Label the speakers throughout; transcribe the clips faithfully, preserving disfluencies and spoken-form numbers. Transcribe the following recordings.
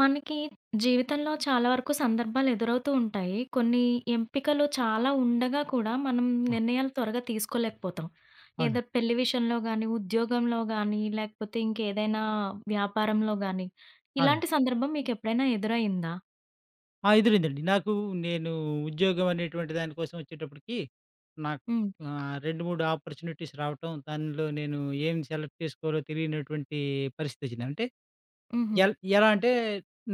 Speaker 1: మనకి జీవితంలో చాలా వరకు సందర్భాలు ఎదురవుతూ ఉంటాయి. కొన్ని ఎంపికలు చాలా ఉండగా కూడా మనం
Speaker 2: ఆ!
Speaker 1: నిర్ణయాలు త్వరగా తీసుకోలేకపోతాం. ఏదో
Speaker 2: అవునండి.
Speaker 1: పెళ్లి విషయంలో గానీ, ఉద్యోగంలో గానీ, లేకపోతే ఇంకేదైనా వ్యాపారంలో గానీ, ఇలాంటి
Speaker 2: అవునండి.
Speaker 1: సందర్భం మీకెప్పుడైనా ఎదురయిందా?
Speaker 2: ఆ! ఎదురైందండి. నాకు, నేను ఉద్యోగం అనేటువంటి దానికోసం వచ్చేటప్పటికి నాకు
Speaker 1: హ్మ్.
Speaker 2: ఆహ్, రెండు, మూడు ఆపర్చునిటీస్ రావటం, దానిలో నేను ఏం సెలెక్ట్ చేసుకోవాలో తెలియనటువంటి పరిస్థితొచ్చింది. అంటే
Speaker 1: హుహు.
Speaker 2: ఎల్ ఎలా అంటే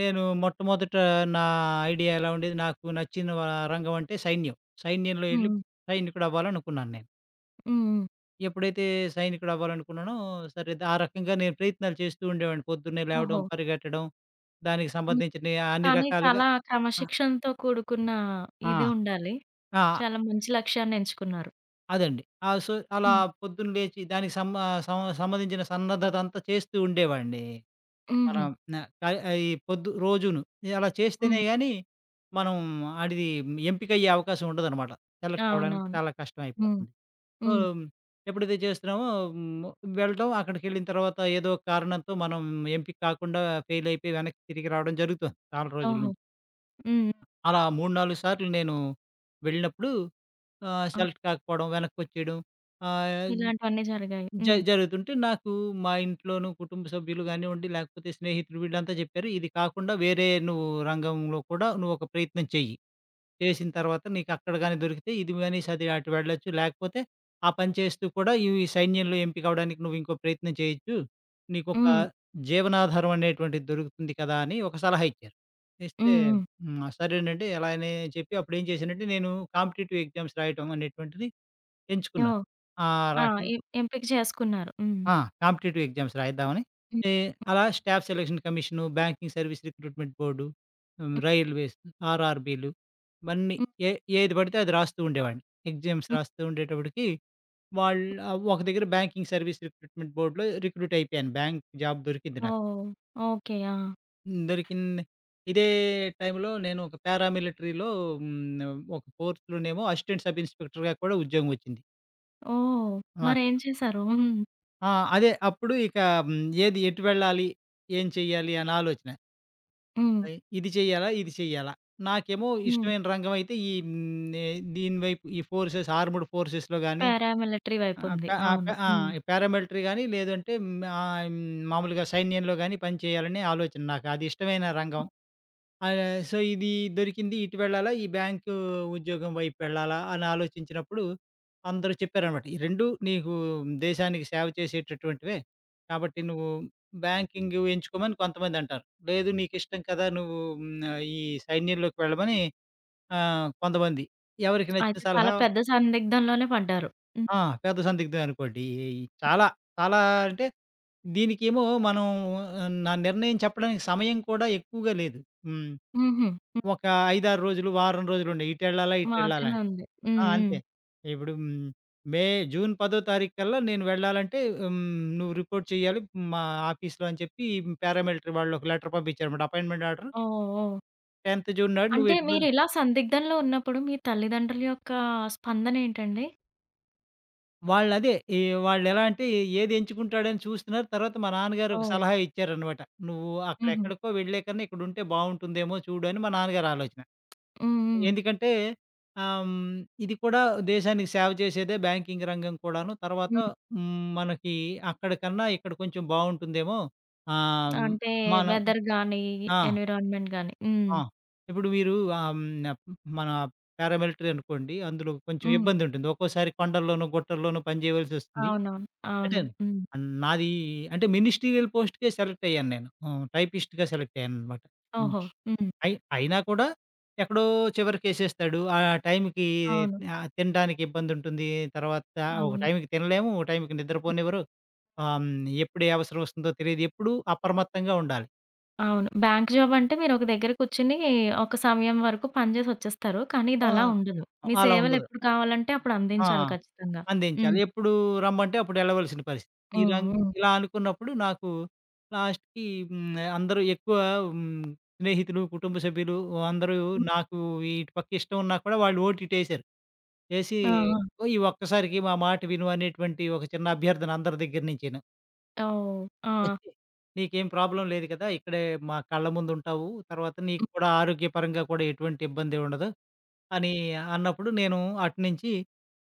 Speaker 2: నేను మొట్టమొదట నా ఐడియా ఎలా ఉండేది, నాకు నచ్చిన వ రంగం అంటే సైన్యం. సైన్యంలో ఎళ్లి
Speaker 1: హ్మ్.
Speaker 2: సైనికుడవ్వాలనుకున్నాను నేను.
Speaker 1: హ్మ్. హ్మ్.
Speaker 2: ఎప్పుడైతే సైనికుడవ్వాలనుకున్నానో, సరే ద ఆ రకంగా నేను ప్రయత్నాలు చేస్తూ ఉండేవాడిని. పొద్దున్నే
Speaker 1: ఓహో!
Speaker 2: లేవడం, పరిగెట్టడం, దానికి
Speaker 1: హ్మ్.
Speaker 2: సంబంధించిన అన్ని
Speaker 1: కానీ
Speaker 2: రకాలుగా ఆ!
Speaker 1: చాలా క్రమశిక్షణతో కూడుకున్న
Speaker 2: ఆ!
Speaker 1: ఇది ఉండాలి.
Speaker 2: ఆ!
Speaker 1: చాలా మంచి లక్ష్యాన్ని ఎంచుకున్నారు.
Speaker 2: అదండి. ఆ! సో, అలా
Speaker 1: హ్మ్.
Speaker 2: పొద్దున్న లేచి దానికి సంబ సం సంబంధించిన సన్నద్ధతంతా చేస్తూ ఉండేవాడిని.
Speaker 1: హుహు.
Speaker 2: మనం న క ఈ పొద్దు రోజును. అలా చేస్తేనే
Speaker 1: హ్మ్.
Speaker 2: గాని, మనం ఆడిది ఎంపికయ్యే అవకాశం ఉండదనమాట. సెలెక్ట్ అవ్వడానికి
Speaker 1: అవునవును.
Speaker 2: చాలా కష్టం
Speaker 1: హ్మ్.
Speaker 2: అయిపోతుంది. సో,
Speaker 1: హ్మ్.
Speaker 2: ఎప్పుడైతే చేస్తున్నామో హ్మ్, వెళ్ళటం అక్కడికెళ్ళిన తర్వాత ఏదో ఒక కారణంతో మనం ఎంపిక కాకుండా ఫెయిల్ అయిపోయి వెనక్కి తిరిగి రావడం జరుగుతుంది చాలా రోజుల
Speaker 1: ఓహో!
Speaker 2: నుంచి.
Speaker 1: హ్మ్.
Speaker 2: అలా మూడు, నాలుగు సార్లు నేను వెళ్ళినప్పుడు ఆహ్,
Speaker 1: ఆ!
Speaker 2: సెలెక్ట్ కాకపోవడం, వెనక్కొచ్చేయడం ఆహ్,
Speaker 1: ఇలాంటివన్నీ జరిగాయి.
Speaker 2: జ
Speaker 1: హ్మ్.
Speaker 2: జరుగుతుంటే నాకు మా ఇంట్లోనూ, కుటుంబ సభ్యులు గానివ్వండి, లేకపోతే స్నేహితులు వీళ్ళంతా చెప్పారు. ఇది కాకుండా వేరే నువ్వు రంగంలో కూడా నువ్వొక ప్రయత్నం చెయ్యి. చేసిన తర్వాత నీకక్కడ గాని దొరికితే ఇది గాని సది అటు వెళ్ళొచ్చు. లేకపోతే ఆ పని చేస్తూ కూడా ఇవి సైన్యంలో ఎంపిక అవ్వడానికి నువ్వు ఇంకో ప్రయత్నం చేయొచ్చు. నీకొక
Speaker 1: హ్మ్.
Speaker 2: జీవనాధారం అనేటువంటిది దొరుకుతుంది కదా! అని ఒక సలహా ఇచ్చారు. ఇస్తే
Speaker 1: హ్మ్. హ్మ్.
Speaker 2: హ్మ్. సరేనండి ఇలా అని చెప్పి అప్పుడేం చేశానంటే నేను కాంపిటీటివ్ ఎగ్జామ్స్ రాయటం అనేటువంటిది ఎంచుకున్నాను.
Speaker 1: ఓహ్!
Speaker 2: ఆ
Speaker 1: ఆ!
Speaker 2: రకం.
Speaker 1: ఎం ఎంపిక చేసుకున్నారు. హ్మ్.
Speaker 2: ఆ! కాంపిటీటివ్ ఎగ్జామ్స్ రాయిద్దామని.
Speaker 1: హ్మ్.
Speaker 2: ఏ అలా staff selection commission, banking service recruitment board, హ్మ్,
Speaker 1: హ్మ్.
Speaker 2: రైల్వేస్, ఆర్ఆర్‌బీలు ఇవన్నీ
Speaker 1: హ్మ్.
Speaker 2: ఏ ఏది పడితే అది రాస్తూ ఉండేవాడిని. ఎగ్జామ్స్
Speaker 1: హ్మ్.
Speaker 2: రాస్తూ ఉండేటప్పటికి వాళ్ళు ఆహ్, ఒక దగ్గర బ్యాంకింగ్ సర్వీస్ రిక్రూట్మెంట్ బోర్డ్‌లో రిక్రూట్ అయిపోయాను. బ్యాంక్ జాబ్ దొరికింది నాకు.
Speaker 1: ఓహ్! ఓకే. ఆ!
Speaker 2: హ్మ్, దొరికింది. ఇదే టైంలో నేను ఒక పారామిలిటరీలో హ్మ్, ఒక ఫోర్స్‌లోనేమో అసిస్టెంట్ సబ్ ఇన్స్‌పెక్టర్‌గా కూడా ఉద్యోగం వచ్చింది.
Speaker 1: ఓహ్!
Speaker 2: నాకు.
Speaker 1: మరేం చేశారు? హ్మ్.
Speaker 2: ఆ! అదే అప్పుడు ఇక హ్మ్. ఏది ఎటు వెళ్ళాలి? ఏం చెయ్యాలి? అని ఆలోచన.
Speaker 1: హ్మ్.
Speaker 2: ఆహ్, ఇది చెయ్యాలా? ఇది చెయ్యాలా? నాకేమో
Speaker 1: హ్మ్.
Speaker 2: ఇష్టమైన రంగం అయితే ఈ హ్మ్. ఎ దీని వైపు ఈ ఫోర్సెస్ ఆర్మ్డ్ ఫోర్సెస్‌లో గాని
Speaker 1: పారామిలిటరీ వైపు
Speaker 2: ఆహ్, ప
Speaker 1: ఉంది.
Speaker 2: ఆహ్, ప
Speaker 1: అవును.
Speaker 2: ఆ!
Speaker 1: హ్మ్.
Speaker 2: పారామిలిటరీ గాని లేదంటే హ్మ్. ఆహ్, మామూలుగా సైన్యంలో గాని పని చేయాలనే ఆలోచన నాకు. అది ఇష్టమైన రంగం. ఆహ్, సో, ఇది దొరికింది ఇటు వెళ్ళాలా, ఈ బ్యాంకు ఉద్యోగం వైపు వెళ్ళాలా అని ఆలోచించినప్పుడు అందరూ చెప్పారనమాట. ఈ రెండు నీకు దేశానికి సేవ చేసేటటువంటివే. కాబట్టి నువ్వు బ్యాంకింగ్ ఎంచుకోమని కొంతమందంటారు. లేదు నీకిష్టం కదా! నువ్వు హ్మ్, ఆహ్, ఈ సైన్యంలోకి వెళ్ళమని ఆహ్, కొంతమంది. ఎవరికి నచ్చిన
Speaker 1: అయితే చాలా
Speaker 2: సలహా.
Speaker 1: పెద్ద సందిగ్ధంలోనే పడ్డారు. హ్మ్.
Speaker 2: ఆ! పెద్ద సందిగ్ధం అనుకోండి. ఈ చాలా, చాలా అంటే దీనికేమో మనం ఆ, నా నిర్ణయం చెప్పడానికి సమయం కూడా ఎక్కువగా లేదు. హ్మ్.
Speaker 1: హుహు. హ్మ్.
Speaker 2: ఒక ఐదు, ఆరు రోజులు, వారం రోజులుండే. ఇటెళ్ళాలా, ఇటెళ్ళాలా.
Speaker 1: మాత్రమే ఉంది. హ్మ్.
Speaker 2: ఆ!
Speaker 1: హ్మ్.
Speaker 2: అంతే. ఇప్పుడు హ్మ్, మే జూన్ పది తారీఖు కల్లా నేను వెళ్ళాలంటే హ్మ్, నువ్వు రిపోర్ట్ చేయాలి మా ఆఫీస్‌లో అని చెప్పి పారామిలిటరీ వాళ్ళు ఒక లెటర్ పంపించారన్నమాట. Appointment order.
Speaker 1: Oh! Oh!
Speaker 2: Tenth June నాడు నువ్వు
Speaker 1: అంటే
Speaker 2: ఎటు.
Speaker 1: మీరిలా సందిగ్ధంలో ఉన్నప్పుడు మీ తల్లిదండ్రుల యొక్క స్పందనేంటండి?
Speaker 2: వాళ్ళదే ఈ వాళ్ళెలా అంటే ఏది ఎంచుకుంటాడని చూస్తున్నారు. తర్వాత మా నాన్నగారు ఒక
Speaker 1: ఓహ్!
Speaker 2: సలహా ఇచ్చారన్నమాట. "నువ్వు
Speaker 1: హుహు.
Speaker 2: అక్కడెక్కడికో వెళ్ళే కన్నా ఇక్కడుంటే బావుంటుందేమో చూడు" అని మా నాన్నగారి ఆలోచన.
Speaker 1: హ్మ్. హ్మ్.
Speaker 2: ఎందుకంటే ఆహ్, హ్మ్, ఇది కూడా దేశానికి సేవ చేసేదే బ్యాంకింగ్ రంగం కూడాను. తర్వాత
Speaker 1: హ్మ్.
Speaker 2: హ్మ్, మనకి అక్కడికన్నా ఇక్కడ కొంచెం బావుంటుందేమో. ఆహ్, హ్మ్,
Speaker 1: అంటే
Speaker 2: మనం.
Speaker 1: వెదర్ గాని,
Speaker 2: ఆ!
Speaker 1: ఎన్విరాన్మెంట్ గాని. హ్మ్.
Speaker 2: ఆ! ఇప్పుడు మీరు ఆహ్, హ్మ్, మన పారామిలిటరీ అనుకోండి. అందులో కొంచెం
Speaker 1: హ్మ్.
Speaker 2: ఇబ్బందుంటుంది. ఒక్కోసారి కొండల్లోనూ, గుట్టల్లోనూ పని చేయవలసొస్తుంది.
Speaker 1: అవునవును.
Speaker 2: అంటే
Speaker 1: అవును. హ్మ్.
Speaker 2: నాది, అంటే మినిస్టీరియల్ పోస్ట్‌కే సెలెక్ట్ అయ్యాను నేను. ఆహ్, టైపిస్ట్‌గా సెలెక్ట్ అయ్యాననమాట.
Speaker 1: ఓహో! హ్మ్.
Speaker 2: అయి అయినా కూడా ఎక్కడో చివరికేసేస్తాడు. ఆ టైంకి
Speaker 1: అవును.
Speaker 2: ఆహ్, తినడానికి ఇబ్బందుంటుంది. తర్వాత ఒక
Speaker 1: అవును.
Speaker 2: టైంకి తినలేము. ఒక టైంకి నిద్రపోనివ్వరు. ఆహ్, హ్మ్. ఎప్పుడు ఏ అవసరం వస్తుందో తెలీదు. ఎప్పుడూ అప్రమత్తంగా ఉండాలి.
Speaker 1: అవును. బ్యాంక్ జాబ్ అంటే మీరొక దగ్గర కూర్చొని ఒక సమయం వరకు పని చేసి వచ్చేస్తారు. కానీ
Speaker 2: ఆ!
Speaker 1: ఇదలా ఉండదు. మీ
Speaker 2: అలా ఉండదు.
Speaker 1: సేవలెప్పుడు కావాలంటే అప్పుడు
Speaker 2: ఆ!
Speaker 1: అందించాలి ఖచ్చితంగా. హ్మ్.
Speaker 2: అందించాలి. ఎప్పుడు రమ్మంటే అప్పుడు ఎళ్ళవలసిన పరిస్థితి. ఈ
Speaker 1: హ్మ్.
Speaker 2: రం
Speaker 1: హ్మ్.
Speaker 2: ఇలా అనుకున్నప్పుడు నాకు లాస్ట్‌కి హ్మ్. అందరూ ఎక్కువ హ్మ్. స్నేహితులు, కుటుంబ సభ్యులు అందరూ
Speaker 1: హ్మ్.
Speaker 2: నాకు ఇటు పక్క ఇష్టం ఉన్నా కూడా వాళ్ళు ఓటీటేసారు. చేసి
Speaker 1: ఆ! ఆ!
Speaker 2: "ఓ! ఈ ఒక్కసారికి మా మాట విను" అనేటువంటి ఒక చిన్న అభ్యర్థన అందరి దగ్గర నుంచిను.
Speaker 1: ఓహ్! ఆ!
Speaker 2: వచ్చి "నీకేం ప్రాబ్లమ్ లేదు కదా! ఇక్కడే మా కళ్ళ ముందుంటావు. తర్వాత నీకు
Speaker 1: హ్మ్.
Speaker 2: కూడా ఆరోగ్యపరంగా కూడా ఎటువంటి ఇబ్బంది ఉండదు" అని అన్నప్పుడు నేను అటునుంచి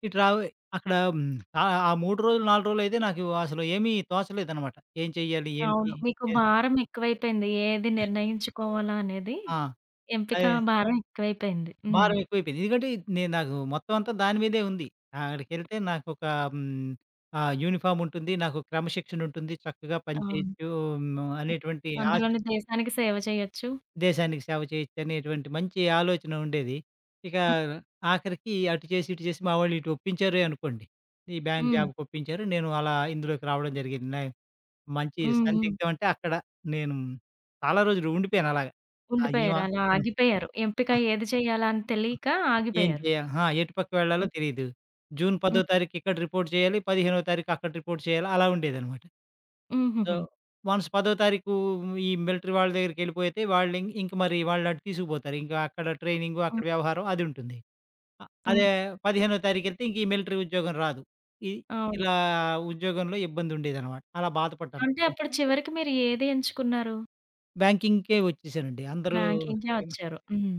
Speaker 2: ఇటు రావ్ అక్కడ హ్మ్, ఆహ్, ఆ మూడు రోజులు, నాలుగు రోజులయితే నాకు అసలు ఏమీ తోచలేదనమాట. ఏం చెయ్యాలి? ఏంటి?
Speaker 1: అవును. మీకు
Speaker 2: ఏ
Speaker 1: భారం ఎక్కువైపోయింది. ఏది నిర్ణయించుకోవాలా అనేది
Speaker 2: ఆ!
Speaker 1: ఎంపిక
Speaker 2: అదే
Speaker 1: భారం ఎక్కువైపోయింది. హ్మ్.
Speaker 2: భారం ఎక్కువైపోయింది. ఎందుకంటే నేను నాకు మొత్తం అంతా దాని మీదే ఉంది. అక్కడికెళ్తే నాకొక హ్మ్, ఆహ్, యూనిఫార్మ్ ఉంటుంది. నాకు క్రమశిక్షణ ఉంటుంది. చక్కగా పని
Speaker 1: అవును.
Speaker 2: చేయొచ్చు హ్మ్, అనేటువంటి ఆశ.
Speaker 1: అందులోని దేశానికి సేవ చేయొచ్చు.
Speaker 2: దేశానికి సేవ చేయొచ్చు అనేటువంటి మంచి ఆలోచన ఉండేది. ఇక
Speaker 1: హ్మ్.
Speaker 2: ఆఖరికి అటు చేసి, ఇటు చేసి మా వాళ్ళు ఇటు ఒప్పించారే అనుకోండి. ఈ బ్యాంక్
Speaker 1: హ్మ్.
Speaker 2: జాబ్‌కి ఒప్పించారు. నేను అలా ఇందులోకి రావడం జరిగింది. నే మంచి
Speaker 1: హ్మ్. హ్మ్.
Speaker 2: సందిగ్ధం అంటే అక్కడ నేను చాలా రోజులు ఉండిపోయాను అలాగా. ఆ! ఏమ
Speaker 1: ఉండిపోయారు. అలా
Speaker 2: హ్మ్.
Speaker 1: ఆగిపోయారు. ఎంపిక ఏది చేయాలా అని తెలియక
Speaker 2: ఏం
Speaker 1: ఆగిపోయారు.
Speaker 2: చేయాలి? ఆ! ఎటు పక్క వెళ్ళాలో
Speaker 1: హ్మ్.
Speaker 2: తెలీదు. జూన్ 10వ
Speaker 1: హ్మ్.
Speaker 2: తారీఖు ఇక్కడ రిపోర్ట్ చేయాలి. పదిహేనవ తారీఖు అక్కడ రిపోర్ట్ చేయాలి. అలా ఉండేదనమాట. సో,
Speaker 1: హుహుహు.
Speaker 2: వన్స్ పదవ తారీఖు ఈ మిలిటరీ వాళ్ళ దగ్గరికెళ్ళిపోతే వాళ్ళు ఇం ఇంక మరి వాళ్ళు అటు తీసుకుపోతారు. ఇంకా అక్కడ ట్రైనింగు,
Speaker 1: హ్మ్.
Speaker 2: అక్కడ వ్యవహారం అది ఉంటుంది. అ
Speaker 1: హ్మ్.
Speaker 2: అదే పదిహేనవ తారీఖెళ్తే ఇంక ఈ మిలిటరీ ఉద్యోగం రాదు. ఇ
Speaker 1: అవును.
Speaker 2: ఇలా ఉద్యోగంలో ఇబ్బందుండేదనమాట. అలా బాధపడ్డాను.
Speaker 1: అంటే అప్పుడు చివరికి మీరు ఏది ఎంచుకున్నారు?
Speaker 2: బ్యాంకింగ్‌కే వచ్చేసానండి. అందరూ
Speaker 1: బ్యాంకింగ్‌కే
Speaker 2: ఎం
Speaker 1: వచ్చారు. హ్మ్.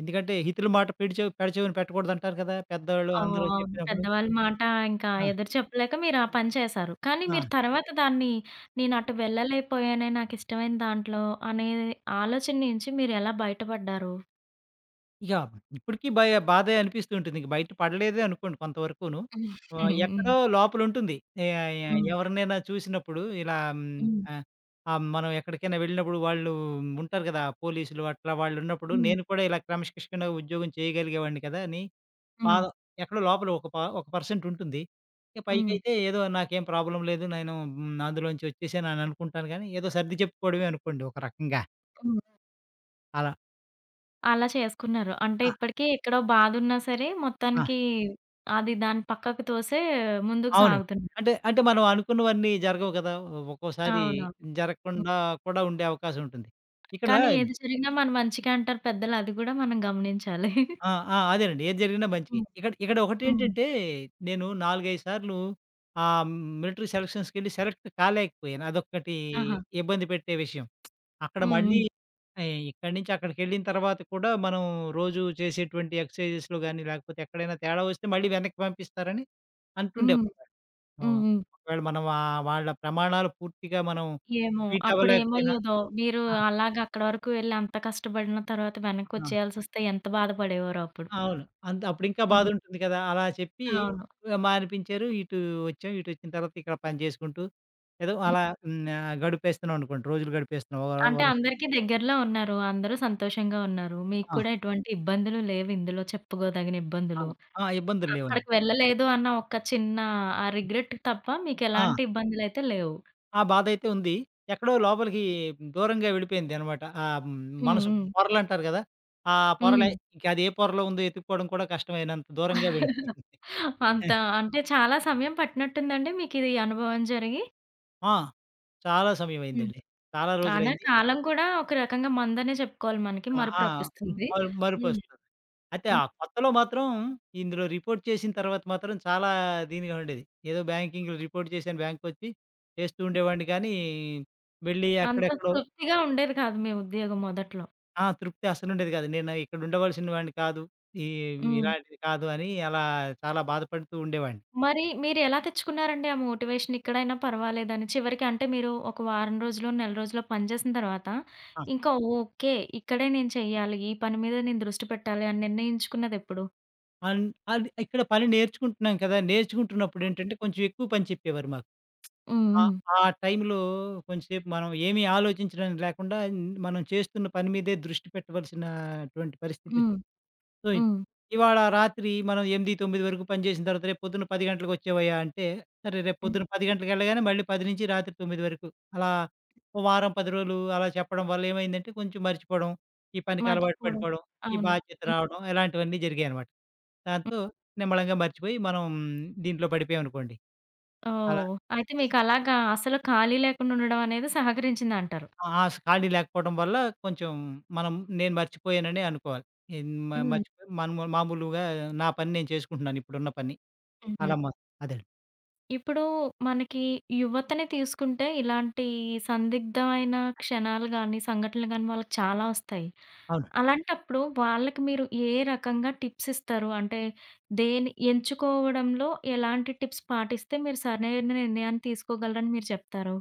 Speaker 2: ఎందుకంటే హితుల మాట పెడిచెవి పెడచెవిన పెట్టకూడదంటారు కదా! పెద్దోళ్ళు
Speaker 1: ఓహ్!
Speaker 2: అందరూ
Speaker 1: అవును.
Speaker 2: చెప్పినప్పుడు.
Speaker 1: పెద్దవాళ్ళ మాట ఇంకా
Speaker 2: ఆ!
Speaker 1: ఎదురు చెప్పలేక మీరు ఆ పని చేశారు. కానీ
Speaker 2: ఆ!
Speaker 1: మీరు తర్వాత దాన్ని నేను అటు వెళ్ళలేకపోయానే నాకిష్టమైన దాంట్లో అనే ఆలోచన నుంచి మీరు ఎలా బయటపడ్డారు?
Speaker 2: ఇక ఇప్పటికి భయ బాధే అనిపిస్తూ ఉంటుంది. ఇంక బయట పడలేదే అనుకోండి కొంతవరకును.
Speaker 1: హ్మ్.
Speaker 2: ఆహ్,
Speaker 1: హ్మ్.
Speaker 2: ఎక్కడో లోపలుంటుంది. ఎ ఎ
Speaker 1: హ్మ్.
Speaker 2: ఎవరినైనా చూసినప్పుడు ఇలా హ్మ్,
Speaker 1: హ్మ్.
Speaker 2: ఆహ్, ఆహ్, మనం ఎక్కడికైనా వెళ్ళినప్పుడు వాళ్ళు ఉంటారు కదా! పోలీసులు అట్లా వాళ్ళున్నప్పుడు
Speaker 1: హ్మ్.
Speaker 2: నేను కూడా ఇలా క్రమశిక్షణగా ఉద్యోగం చేయగలిగేవాడిని కదా! అని
Speaker 1: హ్మ్.
Speaker 2: బాధ ఎక్కడో లోపల ఒక ప ఒక పర్సెంట్ ఉంటుంది. ఇక
Speaker 1: హ్మ్.
Speaker 2: పైకైతే ఏదో నాకేం ప్రాబ్లమ్ లేదు. నేను హ్మ్, అందులోంచి వచ్చేసాను అని అనుకుంటాను గానీ, ఏదో సర్ది చెప్పుకోవడమే అనుకోండి ఒక రకంగా
Speaker 1: హ్మ్.
Speaker 2: అలా.
Speaker 1: అలా చేసుకున్నారు. అంటే ఇప్పటికి ఎక్కడో బాధున్నా సరే
Speaker 2: ఆ!
Speaker 1: మొత్తానికి అది దాన్ని పక్కకు తోసే ముందుకు
Speaker 2: అవును.
Speaker 1: సాగుతున్నారు.
Speaker 2: అంటే, అంటే మనం అనుకున్నవన్నీ జరగవు కదా! ఒక్కోసారి
Speaker 1: అవునవును. హ్మ్.
Speaker 2: జరగకుండా కూడా ఉండే అవకాశం ఉంటుంది. ఇక్కడ
Speaker 1: కానీ ఏది జరిగినా మన మంచికే అంటారు పెద్దలు. అది గూడా మనం గమనించాలి.
Speaker 2: ఆ! ఆ! అదేనండి. ఏది జరిగినా మంచికి.
Speaker 1: హ్మ్.
Speaker 2: ఇక్కడ ఇక్కడ
Speaker 1: హ్మ్.
Speaker 2: ఒకటేంటంటే, నేను నాలుగు, ఐదు సార్లు ఆహ్, మిలిటరీ సెలక్షన్స్‌కెళ్ళి సెలెక్ట్ కాలేకపోయాను. అదొక్కటి
Speaker 1: ఆహా!
Speaker 2: ఇబ్బంది పెట్టే విషయం. అక్కడ
Speaker 1: హ్మ్.
Speaker 2: మళ్ళీ
Speaker 1: హ్మ్.
Speaker 2: ఆహ్, ఇక్కడి నుంచి అక్కడికెళ్ళిన తర్వాత కూడా మనం రోజు చేసేటువంటి ఎక్సర్సైజెస్‌లో గాని, లేకపోతే ఎక్కడైనా తేడా వస్తే మళ్ళీ వెనక్కి పంపిస్తారని అంటుండేవారు.
Speaker 1: హ్మ్.
Speaker 2: ఆ!
Speaker 1: హ్మ్. హ్మ్.
Speaker 2: ఒకవేళ మనం ఆహ్, వాళ్ళ ప్రమాణాలు పూర్తిగా మనం
Speaker 1: ఏమో
Speaker 2: మీట్ అవ్వలేకపోయినా
Speaker 1: అప్పుడేమయ్యేదో మీరు
Speaker 2: ఆ!
Speaker 1: అలాగా అక్కడి వరకు వెళ్లి అంత కష్టపడిన తర్వాత
Speaker 2: ఆ!
Speaker 1: వెనక్కొచ్చేయాల్సొస్తే ఎంత బాధపడేవారో అప్పుడు.
Speaker 2: అవును. అంత అప్పుడింకా
Speaker 1: హ్మ్.
Speaker 2: బాధుంటుంది కదా! అలా చెప్పి
Speaker 1: అవును.
Speaker 2: ఆహ్, మానిపించారు. ఇటు వచ్చాం. ఇటొచ్చిన తర్వాత ఇక్కడ పని చేసుకుంటూ ఏదో అలా హ్మ్. ఆహ్, గడిపేస్తున్నాం అనుకోండి. రోజులు గడిపేస్తున్నాం. వర
Speaker 1: అంటే
Speaker 2: వర
Speaker 1: అందరికీ దగ్గరలో ఉన్నారు. అందరూ సంతోషంగా ఉన్నారు. మీకు
Speaker 2: ఆ!
Speaker 1: కూడా ఎటువంటి ఇబ్బందులు లేవు ఇందులో చెప్పుకోదగిన
Speaker 2: ఆ!
Speaker 1: ఇబ్బందులు.
Speaker 2: ఆ! ఇబ్బందులు లేవండి.
Speaker 1: అక్కడికి వెళ్ళలేదు అన్న ఒక చిన్న ఆ రిగ్రెట్ తప్ప
Speaker 2: ఆ!
Speaker 1: మీకెలాంటి ఇబ్బందులైతే లేవు.
Speaker 2: ఆ బాధైతే ఉంది. ఎక్కడో లోపలికి దూరంగా వెళ్ళిపోయిందనమాట. ఆహ్, హ్మ్.
Speaker 1: హ్మ్.
Speaker 2: మనసు
Speaker 1: హ్మ్.
Speaker 2: పొరలంటారు గదా! ఆ పొరలే
Speaker 1: హ్మ్.
Speaker 2: ఇంక అది ఏ పొరలో ఉందో ఎతుక్కోవడం కూడా కష్టమైనంత దూరంగా వెళ్ళిపోయింది.
Speaker 1: అంత అంటే చాలా సమయం పట్టినట్టుందండి మీకిది అనుభవం జరిగి?
Speaker 2: ఆ! చాలా
Speaker 1: హ్మ్.
Speaker 2: సమయమయిందండి. చాలా
Speaker 1: అయినా
Speaker 2: రోజులైంది.
Speaker 1: కాలం కూడా ఒక రకంగా మందనే చెప్పుకోవాలి మనకి.
Speaker 2: ఆ!
Speaker 1: మరుపు
Speaker 2: ఆ!
Speaker 1: రప్పిస్తుంది.
Speaker 2: మరు
Speaker 1: హ్మ్.
Speaker 2: మరుపొస్తుంది. అయితే ఆ
Speaker 1: హ్మ్.
Speaker 2: కొత్తలో మాత్రం ఇందులో రిపోర్ట్ చేసిన తర్వాత మాత్రం చాలా దీనిగా ఉండేది. ఏదో బ్యాంకింగ్‌లో రిపోర్ట్ చేశాను బ్యాంక్‌కొచ్చి చేస్తూ ఉండేవాడిని కానీ, వెళ్ళి
Speaker 1: అంత
Speaker 2: అక్కడెక్కడో.
Speaker 1: తృప్తిగా ఉండేది కాదు మీ ఉద్యోగం మొదట్లో.
Speaker 2: ఆ! తృప్తి అసలుండేది కాదు. నేను ఇక్కడ ఉండవలసిన వాడిని కాదు. ఈ
Speaker 1: హ్మ్.
Speaker 2: ఇలాంటిది కాదు అని అలా చాలా బాధపడుతూ ఉండేవాడిని.
Speaker 1: మరి మీరెలా తెచ్చుకున్నారండి ఆ మోటివేషన్ ఇక్కడైనా పర్వాలేదని? చివరికి అంటే మీరు ఒక వారం రోజులో, నెల రోజులో పని చేసిన తర్వాత
Speaker 2: ఆ!
Speaker 1: ఇంకా ఓకే. ఇక్కడే నేను చెయ్యాలి. ఈ పని మీద నేను దృష్టి పెట్టాలి అని నిర్ణయించుకున్నదెప్పుడు?
Speaker 2: అన్ అది ఇక్కడ పని నేర్చుకుంటున్నాం కదా!
Speaker 1: అవును.
Speaker 2: నేర్చుకుంటున్నప్పుడేంటంటే కొంచెం ఎక్కువ పని చెప్పేవారు మాకు.
Speaker 1: హ్మ్.
Speaker 2: ఆ!
Speaker 1: హ్మ్.
Speaker 2: ఆ టైంలో కొంచెంసేపు మనం ఏమీ ఆలోచించడానికి లేకుండా మనం చేస్తున్న పని మీదే దృష్టి పెట్టవలసినటువంటి
Speaker 1: హ్మ్.
Speaker 2: పరిస్థితొచ్చింది. సో,
Speaker 1: హ్మ్.
Speaker 2: ఇవాళ రాత్రి మనం ఎనిమిది, తొమ్మిది వరకు పనిచేసిన తర్వాత రేపు పొద్దున్న పది గంటలకొచ్చేవయ్యా! అంటే సరే రేపు
Speaker 1: హ్మ్.
Speaker 2: పొద్దున్న పది గంటలకెళ్ళగానే మళ్ళీ పది నుంచి రాత్రి తొమ్మిది వరకు అలా ఓ వారం, పది రోజులు అలా చెప్పడం వల్ల ఏమైందంటే కొంచెం మర్చిపోవడం, ఈ పనికి అలవాటు
Speaker 1: మర్చిపోవడం.
Speaker 2: పడిపోవడం, ఈ
Speaker 1: అవును.
Speaker 2: బాధ్యత
Speaker 1: హ్మ్.
Speaker 2: రావడం ఇలాంటివన్నీ జరిగాయనమాట.
Speaker 1: హ్మ్.
Speaker 2: దాంతో నిమ్మళంగా మర్చిపోయి మనం దీంట్లో పడిపోయామనుకోండి. అలా
Speaker 1: ఓహ్! అయితే మీకలాగా అసలు ఖాళీ లేకుండా ఉండడం అనేది సహకరించిందంటారు.
Speaker 2: ఆ! స్ ఖాళీ లేకపోవడం వల్ల కొంచెం మనం నేను మర్చిపోయాననే అనుకోవాలి. ఎన్ మ
Speaker 1: హ్మ్.
Speaker 2: మర్చిపోయి మనము మామూలుగా నా పని నేను చేసుకుంటున్నాను ఇప్పుడున్న పని. అలా
Speaker 1: హ్మ్.
Speaker 2: మ అదే.
Speaker 1: ఇప్పుడు మనకి యువతని తీసుకుంటే ఇలాంటి సందిగ్ధమైన క్షణాలు గాని, సంఘటనలు గాని వాళ్ళకి చాలా ఒస్తాయి.
Speaker 2: అవును.
Speaker 1: అలాంటప్పుడు వాళ్ళకి మీరు ఏ రకంగా టిప్స్ ఇస్తారు? అంటే దేని ఎంచుకోవడంలో ఎలాంటి టిప్స్ పాటిస్తే మీరు సరైన నిర్ణయాన్ని తీసుకోగలరని మీరు చెప్తారు?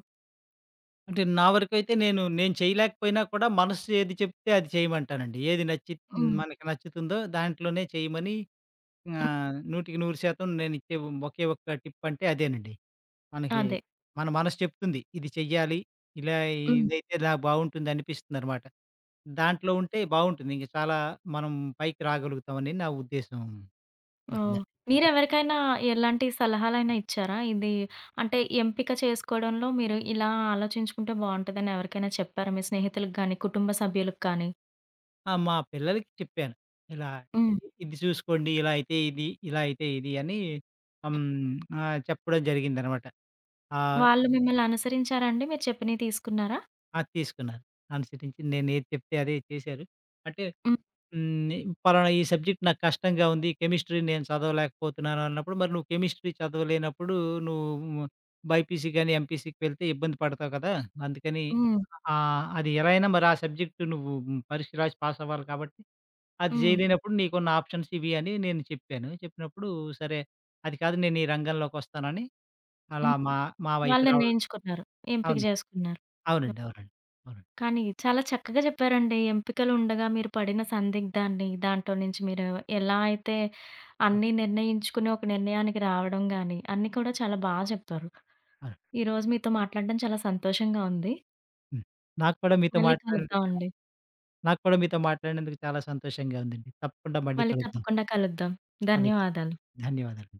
Speaker 2: అంటే నా వరకైతే నేను, నేను చేయలేకపోయినా కూడా మనసు ఏది చెప్తే అది చేయమంటానండి. ఏది నచ్చి
Speaker 1: హ్మ్.
Speaker 2: మనకి నచ్చుతుందో దాంట్లోనే చేయమని
Speaker 1: హ్మ్.
Speaker 2: ఆహ్, 100కి నూరు శాతం నేను ఇచ్చే ఒకే ఒక్క టిప్ అంటే అదేనండి. మనకి
Speaker 1: అదే.
Speaker 2: మన మనసు చెప్తుంది. ఇది చెయ్యాలి. ఇలా
Speaker 1: హ్మ్.
Speaker 2: ఇదైతే ఇలా బావుంటుంది అనిపిస్తుందనమాట. దాంట్లో ఉంటే బావుంటుంది. ఇంక చాలా మనం పైకి రాగలుగుతామని నా ఉద్దేశం
Speaker 1: ఓహ్!
Speaker 2: ఉంటుందండి.
Speaker 1: మీరెవరికైనా ఎలాంటి సలహాలైనా ఇచ్చారా? ఇది అంటే ఎంపిక చేసుకోవడంలో మీరు ఇలా ఆలోచించుకుంటే బావుంటదని ఎవరికైనా చెప్పారా? మీ స్నేహితులకు గాని, కుటుంబ సభ్యులకు కానీ?
Speaker 2: ఆ! మా పిల్లలకి చెప్పాను. ఇలా
Speaker 1: హ్మ్.
Speaker 2: ఇ ఇది చూసుకోండి. ఇలా అయితే ఇది, ఇలా అయితే ఇది అని హ్మ్. ఆహ్, చెప్పడం జరిగిందనమాట. ఆహ్,
Speaker 1: వాళ్ళు మిమ్మల్ని అనుసరించారా అండి? మీరు చెప్పినయి తీసుకున్నారా?
Speaker 2: అది తీసుకున్నారు. అనుసరించి నేనేది చెప్తే అదే చేశారు. అంటే
Speaker 1: హ్మ్.
Speaker 2: హ్మ్. పలానా ఈ సబ్జెక్ట్ నాకు కష్టంగా ఉంది. కెమిస్ట్రీ నేను చదవలేకపోతున్నాను అన్నప్పుడు, మరి నువ్వు కెమిస్ట్రీ చదవలేనప్పుడు నువ్వు బైపీసీ గాని, ఎంపీసీకి వెళ్తే ఇబ్బంది పడతావు కదా! అందుకని
Speaker 1: హ్మ్.
Speaker 2: ఆహ్, అది ఎలా అయినా మరి ఆ సబ్జెక్ట్ నువ్వు పరీక్ష రాసి పాస్ అవ్వాలి కాబట్టి, అది
Speaker 1: హ్మ్.
Speaker 2: చేయలేనప్పుడు నీకున్న ఆప్షన్స్ ఇవి అని నేను చెప్పాను. చెప్పినప్పుడు సరే, అది కాదు నేను ఈ రంగంలోకొస్తానని అలా
Speaker 1: హ్మ్.
Speaker 2: మా మా వైపు
Speaker 1: వాళ్ళు
Speaker 2: రావడం.
Speaker 1: నిర్ణయించుకున్నారు. ఎంపిక
Speaker 2: అవునండి.
Speaker 1: చేసుకున్నారు. హ్మ్.
Speaker 2: అవునండి. అవునండి. అవునండి.
Speaker 1: కానీ చాలా చక్కగా చెప్పారండి. ఎంపికలు ఉండగా మీరు పడిన సందిగ్ధాన్ని, దాంట్లో నుంచి మీరు ఎలా అయితే
Speaker 2: అవును.
Speaker 1: అన్నీ నిర్ణయించుకుని ఒక నిర్ణయానికి రావడం గాని, అన్నీ కూడా చాలా బా చెప్పారు.
Speaker 2: అవును.
Speaker 1: ఈరోజు మీతో మాట్లాడడం చాలా సంతోషంగా ఉంది.
Speaker 2: హ్మ్. నాకు కూడా మీతో
Speaker 1: మళ్ళీ
Speaker 2: మాట్లాడినందుకు,
Speaker 1: కలుద్దామండి.
Speaker 2: నాకు కూడా మీతో మాట్లాడినందుకు చాలా సంతోషంగా ఉందండి. తప్పకుండా మళ్ళీ
Speaker 1: మళ్ళీ
Speaker 2: కలుద్దాం.
Speaker 1: తప్పకుండా కలుద్దాం.
Speaker 2: కలుద్దాం.
Speaker 1: ధన్యవాదాలు.
Speaker 2: ధన్యవాదాలు.